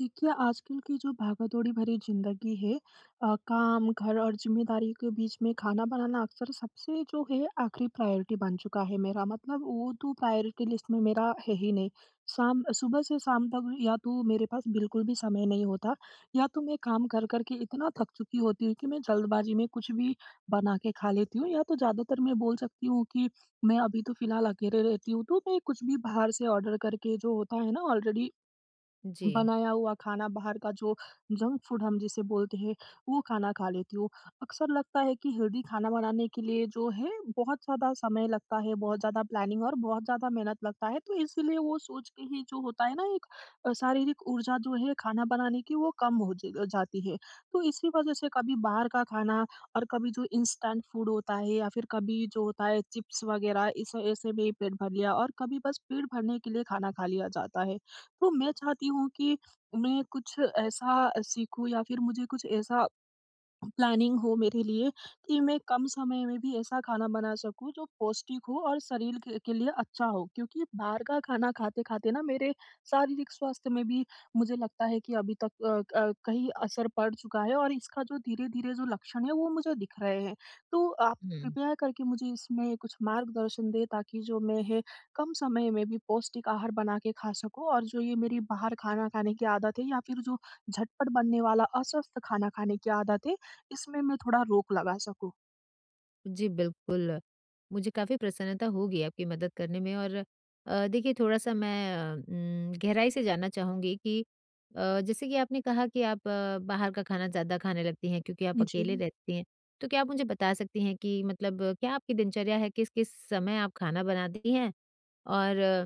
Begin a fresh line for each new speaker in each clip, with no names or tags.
देखिए, आजकल की जो भागदौड़ी भरी ज़िंदगी है काम, घर और ज़िम्मेदारी के बीच में खाना बनाना अक्सर सबसे जो है आखिरी प्रायोरिटी बन चुका है मेरा। मतलब वो तो प्रायोरिटी लिस्ट में मेरा है ही नहीं। शाम सुबह से शाम तक या तो मेरे पास बिल्कुल भी समय नहीं होता, या तो मैं काम कर कर के इतना थक चुकी होती हूँ कि मैं जल्दबाज़ी में कुछ भी बना के खा लेती हूँ, या तो ज़्यादातर मैं बोल सकती हूँ कि मैं अभी तो फ़िलहाल अकेले रहती हूँ, तो मैं कुछ भी बाहर से ऑर्डर करके जो होता है ना ऑलरेडी
जी।
बनाया हुआ खाना, बाहर का जो जंक फूड हम जिसे बोलते हैं, वो खाना खा लेती हूँ। अक्सर लगता है कि हेल्दी खाना बनाने के लिए जो है बहुत ज़्यादा समय लगता है, बहुत ज़्यादा प्लानिंग और बहुत ज़्यादा मेहनत लगता है, तो इसीलिए वो सोच के ही जो होता है ना एक शारीरिक ऊर्जा जो है खाना बनाने की वो कम हो ज जाती है। तो इसी वजह से कभी बाहर का खाना और कभी जो इंस्टेंट फूड होता है या फिर कभी जो होता है चिप्स वगैरह इस ऐसे में ही पेट भर लिया, और कभी बस पेट भरने के लिए खाना खा लिया जाता है। तो मैं चाहती हूँ कि मैं कुछ ऐसा सीखूँ या फिर मुझे कुछ ऐसा प्लानिंग हो मेरे लिए कि मैं कम समय में भी ऐसा खाना बना सकूँ जो पौष्टिक हो और शरीर के लिए अच्छा हो, क्योंकि बाहर का खाना खाते-खाते ना मेरे शारीरिक स्वास्थ्य में भी मुझे लगता है कि अभी तक कहीं असर पड़ चुका है और इसका जो धीरे-धीरे जो लक्षण है वो मुझे दिख रहे हैं। तो आप
हुँ।
कृपया करके मुझे इसमें कुछ मार्गदर्शन दें ताकि जो मैं है कम समय में भी पौष्टिक आहार बना के खा सकूँ और जो ये मेरी बाहर खाना खाने की आदत है या फिर जो झटपट बनने वाला अस्वस्थ खाना खाने की आदत है इसमें मैं थोड़ा रोक लगा सकूँ?
जी, बिल्कुल, मुझे काफ़ी प्रसन्नता होगी आपकी मदद करने में और देखिए थोड़ा-सा मैं गहराई से जानना चाहूँगी कि जैसे कि आपने कहा कि आप बाहर का खाना ज़्यादा खाने लगती हैं क्योंकि आप
जी।
अकेले रहती हैं। तो क्या आप मुझे बता सकती हैं कि मतलब क्या आपकी दिनचर्या है, किस-किस समय आप खाना बनाती हैं? और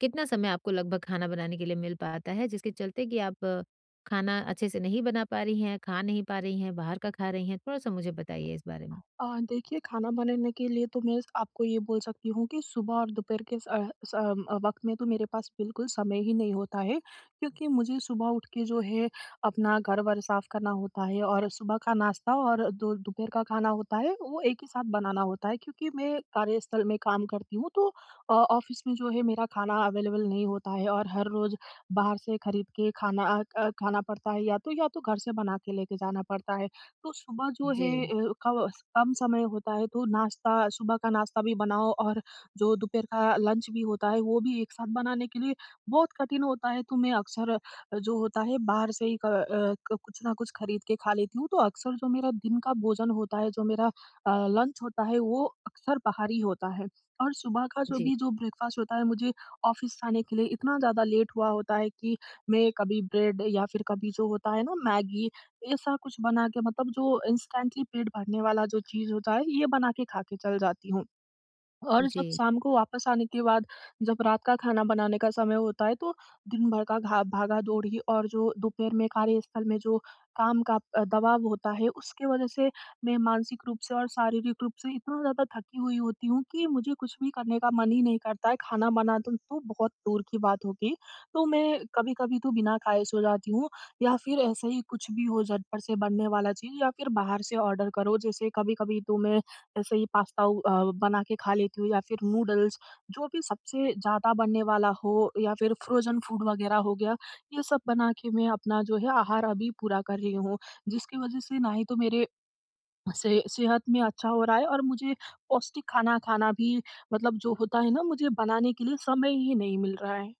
कितना समय आपको लगभग खाना बनाने के लिए मिल पाता है जिसके चलते कि आप खाना अच्छे से नहीं बना पा रही हैं, खा नहीं पा रही हैं, बाहर का खा रही हैं? थोड़ा-सा मुझे बताइए इस बारे में।
अ, देखिए, खाना बनाने के लिए तो मैं आपको ये बोल सकती हूँ कि सुबह और दोपहर के स अ, स अम, अ, वक़्त में तो मेरे पास बिल्कुल समय ही नहीं होता है, क्योंकि मुझे सुबह उठ के जो है अपना घर-वर साफ़ करना होता है, और सुबह का नाश्ता और दो दोपहर का खाना होता है, वो एक ही साथ बनाना होता है क्योंकि मैं कार्यस्थल में काम करती हूँ, तो ऑफ़िस में जो है मेरा खाना अवेलेबल नहीं होता है और हर रोज़ बाहर से खरीद के खाना अ, क खाना पड़ता है, या तो घर से बना के लेके जाना पड़ता है। तो सुबह जो है
जी,
अ, कव कम समय होता है, तो नाश्ता, सुबह का नाश्ता भी बनाओ और जो दोपहर का लंच भी होता है वो भी एक साथ बनाने के लिए बहुत कठिन होता है। तो मैं अक्सर जो होता है बाहर से ही क अ, क कुछ ना कुछ खरीद के खा लेती हूँ। तो अक्सर जो मेरा दिन का भोजन होता है, जो मेरा लंच होता है वो अक्सर बाहरी होता है। और सुबह का जो
जी,
भी जो ब्रेकफ़ास्ट होता है, मुझे ऑफ़िस जाने के लिए इतना ज़्यादा लेट हुआ होता है कि मैं कभी ब्रेड या फिर कभी जो होता है ना मैगी, ऐसा कुछ बना के मतलब जो इंस्टेंटली पेट भरने वाला जो चीज़ होता है, ये बना के खा के चल जाती हूँ। और जब
जी।
शाम को वापस आने के बाद जब रात का खाना बनाने का समय होता है, तो दिन भर का घा भागा-दौड़ी और जो दोपहर में कार्यस्थल में जो काम का दबाव होता है उसके वजह से मैं मानसिक रूप से और शारीरिक रूप से इतना ज़्यादा थकी हुई होती हूँ कि मुझे कुछ भी करने का मन ही नहीं करता है, खाना बना तो बहुत दूर की बात होगी। तो मैं कभी-कभी तो बिना खाए सो जाती हूँ, या फिर ऐसे ही कुछ भी हो, झटपट से बनने वाला चीज़, या फिर बाहर से ऑर्डर करो। जैसे कभी-कभी तो मैं ऐसे ही पास्ता बना के खा लेती हूँ या फिर नूडल्स, जो भी सबसे ज़्यादा बनने वाला हो या फिर फ्रोज़न फूड वग़ैरह हो गया, ये सब बना के मैं अपना जो है आहार अभी पूरा कर रही हूँ। जिसकी वज़ह से ना ही तो मेरे से सेहत में अच्छा हो रहा है और मुझे पौष्टिक खाना खाना भी, मतलब जो होता है ना, मुझे बनाने के लिए समय ही नहीं मिल रहा है।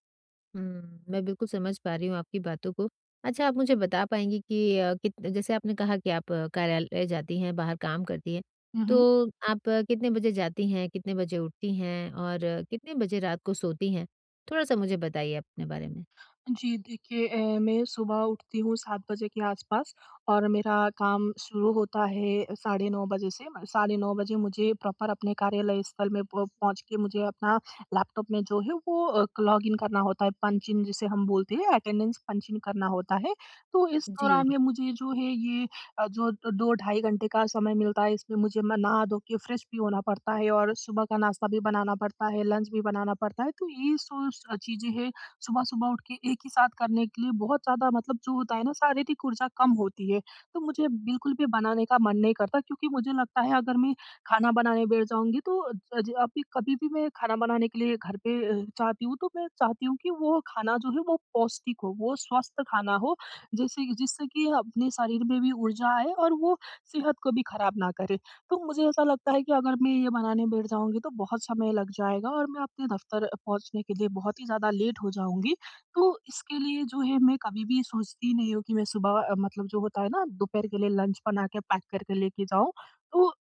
हुँ, मैं बिल्कुल समझ पा रही हूँ आपकी बातों को। अच्छा आप मुझे बता पाएँगी कि अ, कित जैसे आपने कहा कि आप कार्यालय जाती हैं, बाहर काम करती हैं,
हुँ, हुँ।
तो आप कितने बजे जाती हैं, कितने बजे उठती हैं और कितने बजे रात को सोती हैं? थोड़ा-सा मुझे बताइए अपने बारे में।
जी, देखिए मैं सुबह उठती हूँ 7 बजे के आसपास, और मेरा काम शुरू होता है साढ़े 9 बजे से। म साढ़े 9 बजे मुझे प्रॉपर अपने कार्यालय स्थल में प पहुँच के मुझे अपना लैपटॉप में जो है वो लॉगिन करना होता है, पंच इन जिसे हम बोलते हैं, अटेंडेंस पंच इन करना होता है। तो इस
जी,
दौरान में मुझे जो है ये अ, जो द 2 ढाई घंटे का समय मिलता है, इसमें मुझे, मैं नहा धो के फ्रेश भी होना पड़ता है और सुबह का नाश्ता भी बनाना पड़ता है, लंच भी बनाना पड़ता है। तो ये सो स चीज़ें हैं सुबह-सुबह उठ के एक ही साथ करने के लिए बहुत ज़्यादा, मतलब जो होता है ना, शारीरिक ऊर्जा कम होती है। तो मुझे बिल्कुल भी बनाने का मन नहीं करता, क्योंकि मुझे लगता है अगर मैं खाना बनाने बैठ जाऊँगी तो अज अभी कभी भी मैं खाना बनाने के लिए घर पे चाहती हूँ, तो मैं चाहती हूँ कि वो खाना जो है वो पौष्टिक हो, वो स्वस्थ खाना हो, जैसे जिससे कि अपने शरीर में भी ऊर्जा आए और वो सेहत को भी खराब ना करे। तो मुझे ऐसा लगता है कि अगर मैं ये बनाने बैठ जाऊँगी तो बहुत समय लग जाएगा और मैं अपने दफ़्तर पहुँचने के लिए बहुत ही ज़्यादा लेट हो जाऊँगी। तो इसके लिए जो है मैं कभी भी सोचती नहीं हूँ कि मैं सुबह मतलब जो होता है ना, दोपहर के लिए लंच बना के पैक करके लेके जाऊँ। तो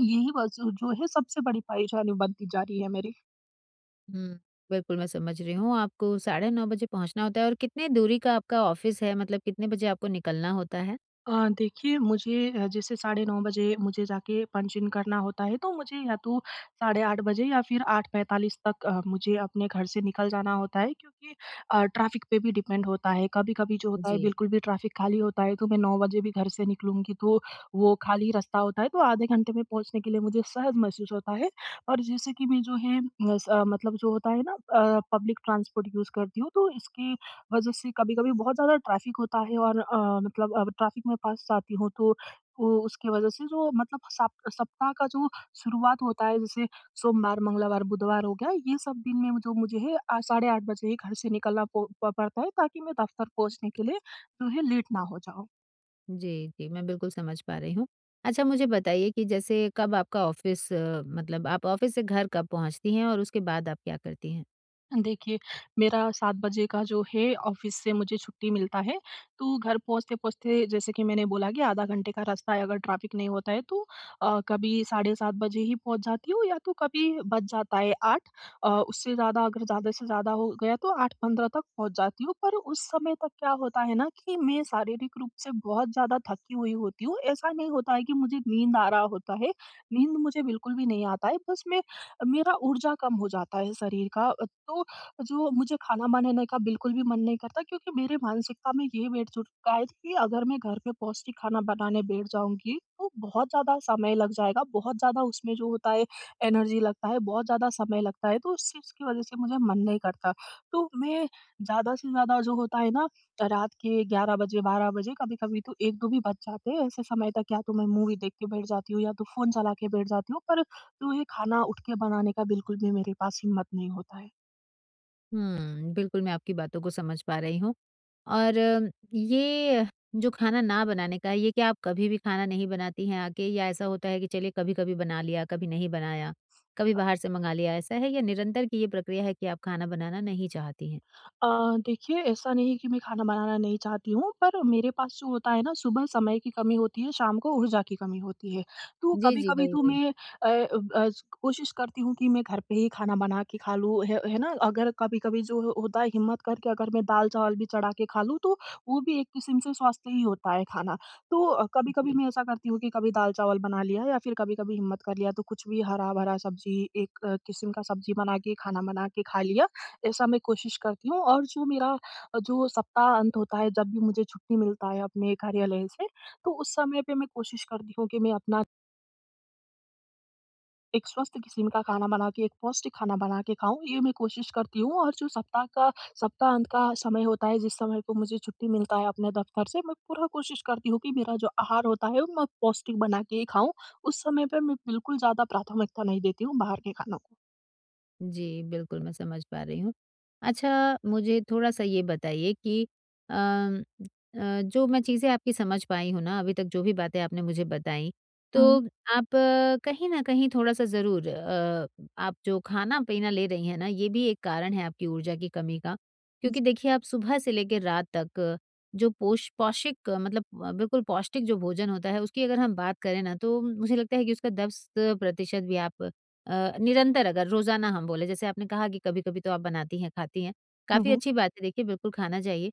यही बस जो है सबसे बड़ी परेशानी बनती जा रही है मेरी।
हुँ, बिल्कुल मैं समझ रही हूँ, आपको साढ़े 9 बजे पहुँचना होता है और कितने दूरी का आपका ऑफ़िस है, मतलब कितने बजे आपको निकलना होता है?
देखिए मुझे, जैसे साढ़े 9 बजे मुझे जाके पंच इन करना होता है, तो मुझे या तो साढ़े 8 बजे या फिर 8:45 तक मुझे अपने घर से निकल जाना होता है, क्योंकि ट्रैफ़िक पे भी डिपेंड होता है। कभी-कभी जो होता है
जी।
बिल्कुल भी ट्रैफ़िक खाली होता है, तो मैं 9 बजे भी घर से निकलूँगी तो वो खाली रास्ता होता है, तो आधे घंटे में पहुँचने के लिए मुझे सहज महसूस होता है। और जैसे कि मैं जो है मतलब जो होता है ना पब्लिक ट्रांसपोर्ट यूज़ करती हूँ, तो इसके वजह से कभी-कभी बहुत ज़्यादा ट्रैफ़िक होता है और मतलब अब ट्रैफ़िक में फँस जाती हूँ, तो वो उसकी वजह से जो, मतलब सप सप्ताह का जो शुरुआत होता है जैसे सोमवार, मंगलवार, बुधवार हो गया, ये सब दिन में जो मुझे है साढ़े 8 बजे ही घर से निकलना पो प पड़ता है, ताकि मैं दफ़्तर पहुँचने के लिए जो है लेट ना हो जाऊँ।
जी, जी, मैं बिल्कुल समझ पा रही हूँ। अच्छा मुझे बताइए कि जैसे कब आपका ऑफ़िस मतलब आप ऑफ़िस से घर कब पहुँचती हैं और उसके बाद आप क्या करती हैं?
देखिए, मेरा 7 बजे का जो है ऑफ़िस से मुझे छुट्टी मिलता है, तो घर पहुँचते-पहुँचते, जैसे कि मैंने बोला कि आधा घंटे का रास्ता है, अगर ट्रैफ़िक नहीं होता है तो कभी साढ़े 7 बजे ही पहुँच जाती हूँ, या तो कभी बज जाता है 8, उससे ज़्यादा, अगर ज़्यादा से ज़्यादा हो गया तो 8:15 तक पहुँच जाती हूँ। पर उस समय तक क्या होता है ना कि मैं शारीरिक रूप से बहुत ज़्यादा थकी हुई होती हूँ। ऐसा नहीं होता है कि मुझे नींद आ रहा होता है, नींद मुझे बिल्कुल भी नहीं आता है, बस मैं, मेरा ऊर्जा कम हो जाता है शरीर का। तो जो मुझे खाना बनाने का बिल्कुल भी मन नहीं करता, क्योंकि मेरे मानसिकता में ये बैठ चुका है कि अगर मैं घर पे पौष्टिक खाना बनाने बैठ जाऊँगी, तो बहुत ज़्यादा समय लग जाएगा, बहुत ज़्यादा उसमें जो होता है एनर्जी लगता है, बहुत ज़्यादा समय लगता है, तो उस चीज़ की वज़ह से मुझे मन नहीं करता। तो मैं ज़्यादा से ज़्यादा जो होता है ना रात के 11 बजे, 12 बजे, कभी-कभी तो 1-2 भी बज जाते हैं, ऐसे समय तक या तो मैं मूवी देख के बैठ जाती हूँ या तो फ़ोन चला के बैठ जाती हूँ, पर जो ये खाना उठ के बनाने का बिल्कुल भी मेरे पास हिम्मत नहीं होता है।
हुँ, बिल्कुल मैं आपकी बातों को समझ पा रही हूँ और ये जो खाना ना बनाने का है, ये क्या आप कभी भी खाना नहीं बनाती हैं आके या ऐसा होता है कि चलिए कभी-कभी बना लिया, कभी नहीं बनाया, कभी बाहर से मंगा लिया, ऐसा है या निरंतर की ये प्रक्रिया है कि आप खाना बनाना नहीं चाहती हैं?
अ, देखिए, ऐसा नहीं है कि मैं खाना बनाना नहीं चाहती हूँ, पर मेरे पास जो होता है ना, सुबह समय की कमी होती है, शाम को ऊर्जा की कमी होती है। तो
जी, जी,
कभी-कभी
वही,
तो
वही।
मैं अ अ, कोशिश करती हूँ कि मैं घर पे ही खाना बना के खा लूँ, है ना? अगर कभी-कभी जो हो होता है, हिम्मत करके अगर मैं दाल-चावल भी चढ़ा के खा लूँ, तो वो भी एक किस्म से स्वास्थ्य ही होता है खाना। तो कभी-कभी
जी।
मैं ऐसा करती हूँ कि कभी दाल-चावल बना लिया, या फिर कभी-कभी हिम्मत कर लिया तो कुछ भी हरा-भरा सब्ज़ी, एक किस्म का सब्ज़ी बना के, खाना बना के खा लिया। ऐसा मैं कोशिश करती हूँ, और जो मेरा जो सप्ताह अंत होता है, जब भी मुझे छुट्टी मिलता है अपने कार्यालय से, तो उस समय पे मैं कोशिश करती हूँ कि मैं अपना एक स्वस्थ किस्म का खाना बना के, एक पौष्टिक खाना बना के खाऊँ, ये मैं कोशिश करती हूँ, और जो सप्ताह का सप्ताह अंत का समय होता है, जिस समय को मुझे छुट्टी मिलता है अपने दफ्तर से, मैं पूरा कोशिश करती हूँ कि मेरा जो आहार होता है, वो मैं पौष्टिक बना के ही खाऊँ। उस समय पे मैं बिल्कुल ज़्यादा प्राथमिकता नहीं देती हूँ बाहर के खानों को।
जी, बिल्कुल मैं समझ पा रही हूँ। अच्छा मुझे थोड़ा-सा ये बताइए कि अम, जो मैं चीज़ें आपकी समझ पाई हूँ ना, अभी तक जो भी बातें आपने मुझे बताई, तो
हुँ,
आप कहीं न कहीं थोड़ा-सा ज़रूर आप जो खाना-पीना ले रही हैं ना, ये भी एक कारण है आपकी ऊर्जा की कमी का। क्योंकि
जी।
देखिए आप सुबह से लेके रात तक जो पोष पौष्टिक बिल्कुल पौष्टिक जो भोजन होता है, उसकी अगर हम बात करें ना, तो मुझे लगता है कि उसका 10% भी आप निरंतर अगर रोज़ाना हम बोले जैसे आपने कहा कि कभी-कभी तो आप बनाती हैं, खाती हैं,
हुँ,
काफ़ी
हुँ।
अच्छी बात है देखिए बिल्कुल खाना चाहिए।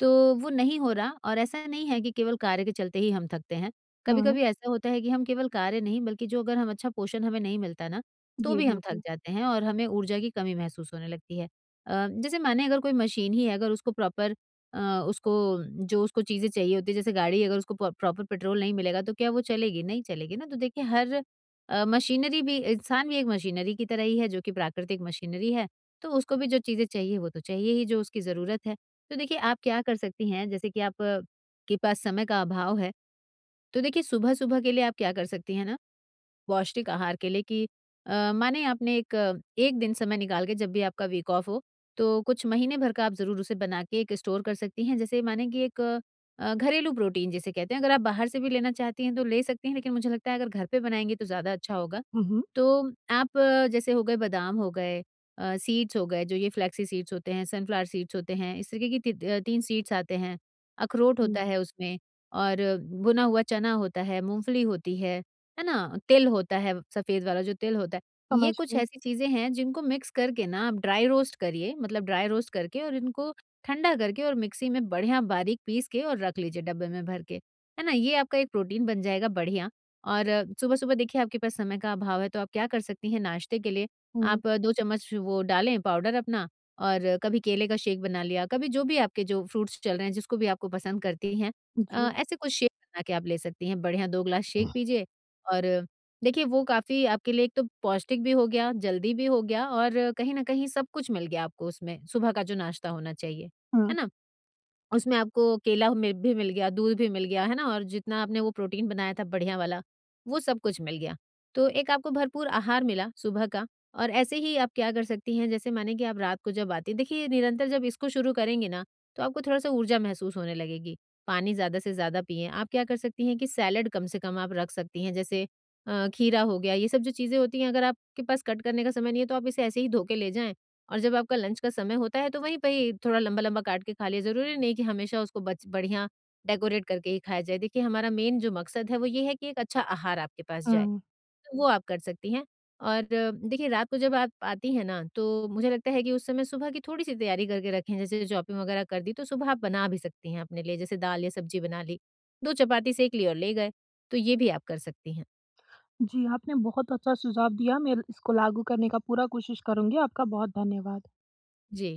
तो वो नहीं हो रहा और ऐसा नहीं है कि केवल कार्य के चलते ही हम थकते हैं।
हुँ, हुँ।
कभी-कभी ऐसा होता है कि हम केवल कार्य नहीं बल्कि जो अगर हम अच्छा पोषण हमें नहीं मिलता ना, तो
जी,
भी हम थक
बिल्कुल।
जाते हैं और हमें ऊर्जा की कमी महसूस होने लगती है। जैसे माने अगर कोई मशीन ही है अगर उसको प्रॉपर अ, उसको जो उसको चीज़ें चाहिए होती है जैसे गाड़ी अगर उसको प प्रॉपर पेट्रोल नहीं मिलेगा तो क्या वो चलेगी? नहीं चलेगी ना। तो देखिए हर मशीनरी भी इंसान भी एक मशीनरी की तरह ही है जो कि प्राकृतिक मशीनरी है, तो उसको भी जो चीज़ें चाहिए वो तो चाहिए ही जो उसकी ज़रूरत है। तो देखिए आप क्या कर सकती हैं जैसे कि आप के पास समय का अभाव है, तो देखिए सुबह-सुबह के लिए आप क्या कर सकती हैं ना पौष्टिक आहार के लिए कि माने आपने एक दिन समय निकाल के जब भी आपका वीक ऑफ हो, तो कुछ महीने भर का आप ज़रूर उसे बना के एक स्टोर कर सकती हैं। जैसे माने कि एक घरेलू प्रोटीन जिसे कहते हैं, अगर आप बाहर से भी लेना चाहती हैं तो ले सकती हैं, लेकिन मुझे लगता है अगर घर पे बनाएँगी तो ज़्यादा अच्छा होगा।
हुँ, हुँ।
तो आप जैसे हो गए बादाम हो गए सीड्स हो गए जो ये फ्लेक्सी सीड्स होते हैं, सनफ्लावर सीड्स होते हैं, इस तरीके की 3 सीड्स आते हैं। अखरोट होता
हुँ।
है उसमें और भुना हुआ चना होता है, मूँगफली होती है ना? तिल होता है सफ़ेद वाला जो तिल होता है। ये
समझ
कुछ
गई।
ऐसी चीज़ें हैं जिनको मिक्स करके ना आप ड्राई रोस्ट करिए मतलब ड्राई रोस्ट करके और इनको ठंडा करके और मिक्सी में बढ़िया बारीक पीस के और रख लीजिए डब्बे में भर के। है ना? ये आपका एक प्रोटीन बन जाएगा बढ़िया और सुबह-सुबह देखिए आपके पास समय का अभाव है तो आप क्या कर सकती हैं नाश्ते के लिए
हुँ,
आप 2 चम्मच वो डालें पाउडर अपना और कभी केले का शेक बना लिया, कभी जो भी आपके जो फ्रूट्स चल रहे हैं जिसको भी आपको पसंद करती हैं
जी।
ऐसे कुछ शेक बना के आप ले सकती हैं। बढ़िया 2 ग्लास शेक
हुँ।
पीजिए और देखिए वो काफ़ी आपके लिए एक तो पौष्टिक भी हो गया, जल्दी भी हो गया और कहीं न कहीं सब कुछ मिल गया आपको उसमें, सुबह का जो नाश्ता होना चाहिए।
हुँ,
है ना? उसमें आपको केला मि भी मिल गया, दूध भी मिल गया, है ना? और जितना आपने वो प्रोटीन बनाया था बढ़िया वाला, वो सब कुछ मिल गया। तो एक आपको भरपूर आहार मिला सुबह का और ऐसे ही आप क्या कर सकती हैं, जैसे माने कि आप रात को जब आती हैं देखिए निरंतर जब इसको शुरू करेंगी ना, तो आपको थोड़ा-सा ऊर्जा महसूस होने लगेगी। पानी ज़्यादा से ज़्यादा पिएँ। आप क्या कर सकती हैं कि सैलेड कम से कम आप रख सकती हैं, जैसे खीरा हो गया, ये सब जो चीज़ें होती हैं अगर आपके पास कट करने का समय नहीं है, तो आप इसे ऐसे ही धो के ले जाएँ और जब आपका लंच का समय होता है तो वहीं पे ही थोड़ा लंबा-लंबा काट के खा लिया, ज़रूरी नहीं कि हमेशा उसको बच बढ़िया डेकोरेट करके ही खाया जाए। देखिए हमारा मेन जो मकसद है वो ये है कि एक अच्छा आहार आपके पास जाए,
हुँ।
तो वो आप कर सकती हैं। और देखिए रात को जब आप आती हैं ना, तो मुझे लगता है कि उस समय सुबह की थोड़ी-सी तैयारी करके रखें, जैसे चॉपिंग वगैरह कर दी तो सुबह आप बना भी सकती हैं अपने लिए, जैसे दाल या सब्जी बना ली, 2 चपाती सेंक ली और ले गए, तो ये भी आप कर सकती हैं।
जी, आपने बहुत अच्छा सुझाव दिया, मैं इसको लागू करने का पूरा कोशिश करूँगी। आपका बहुत धन्यवाद।
जी।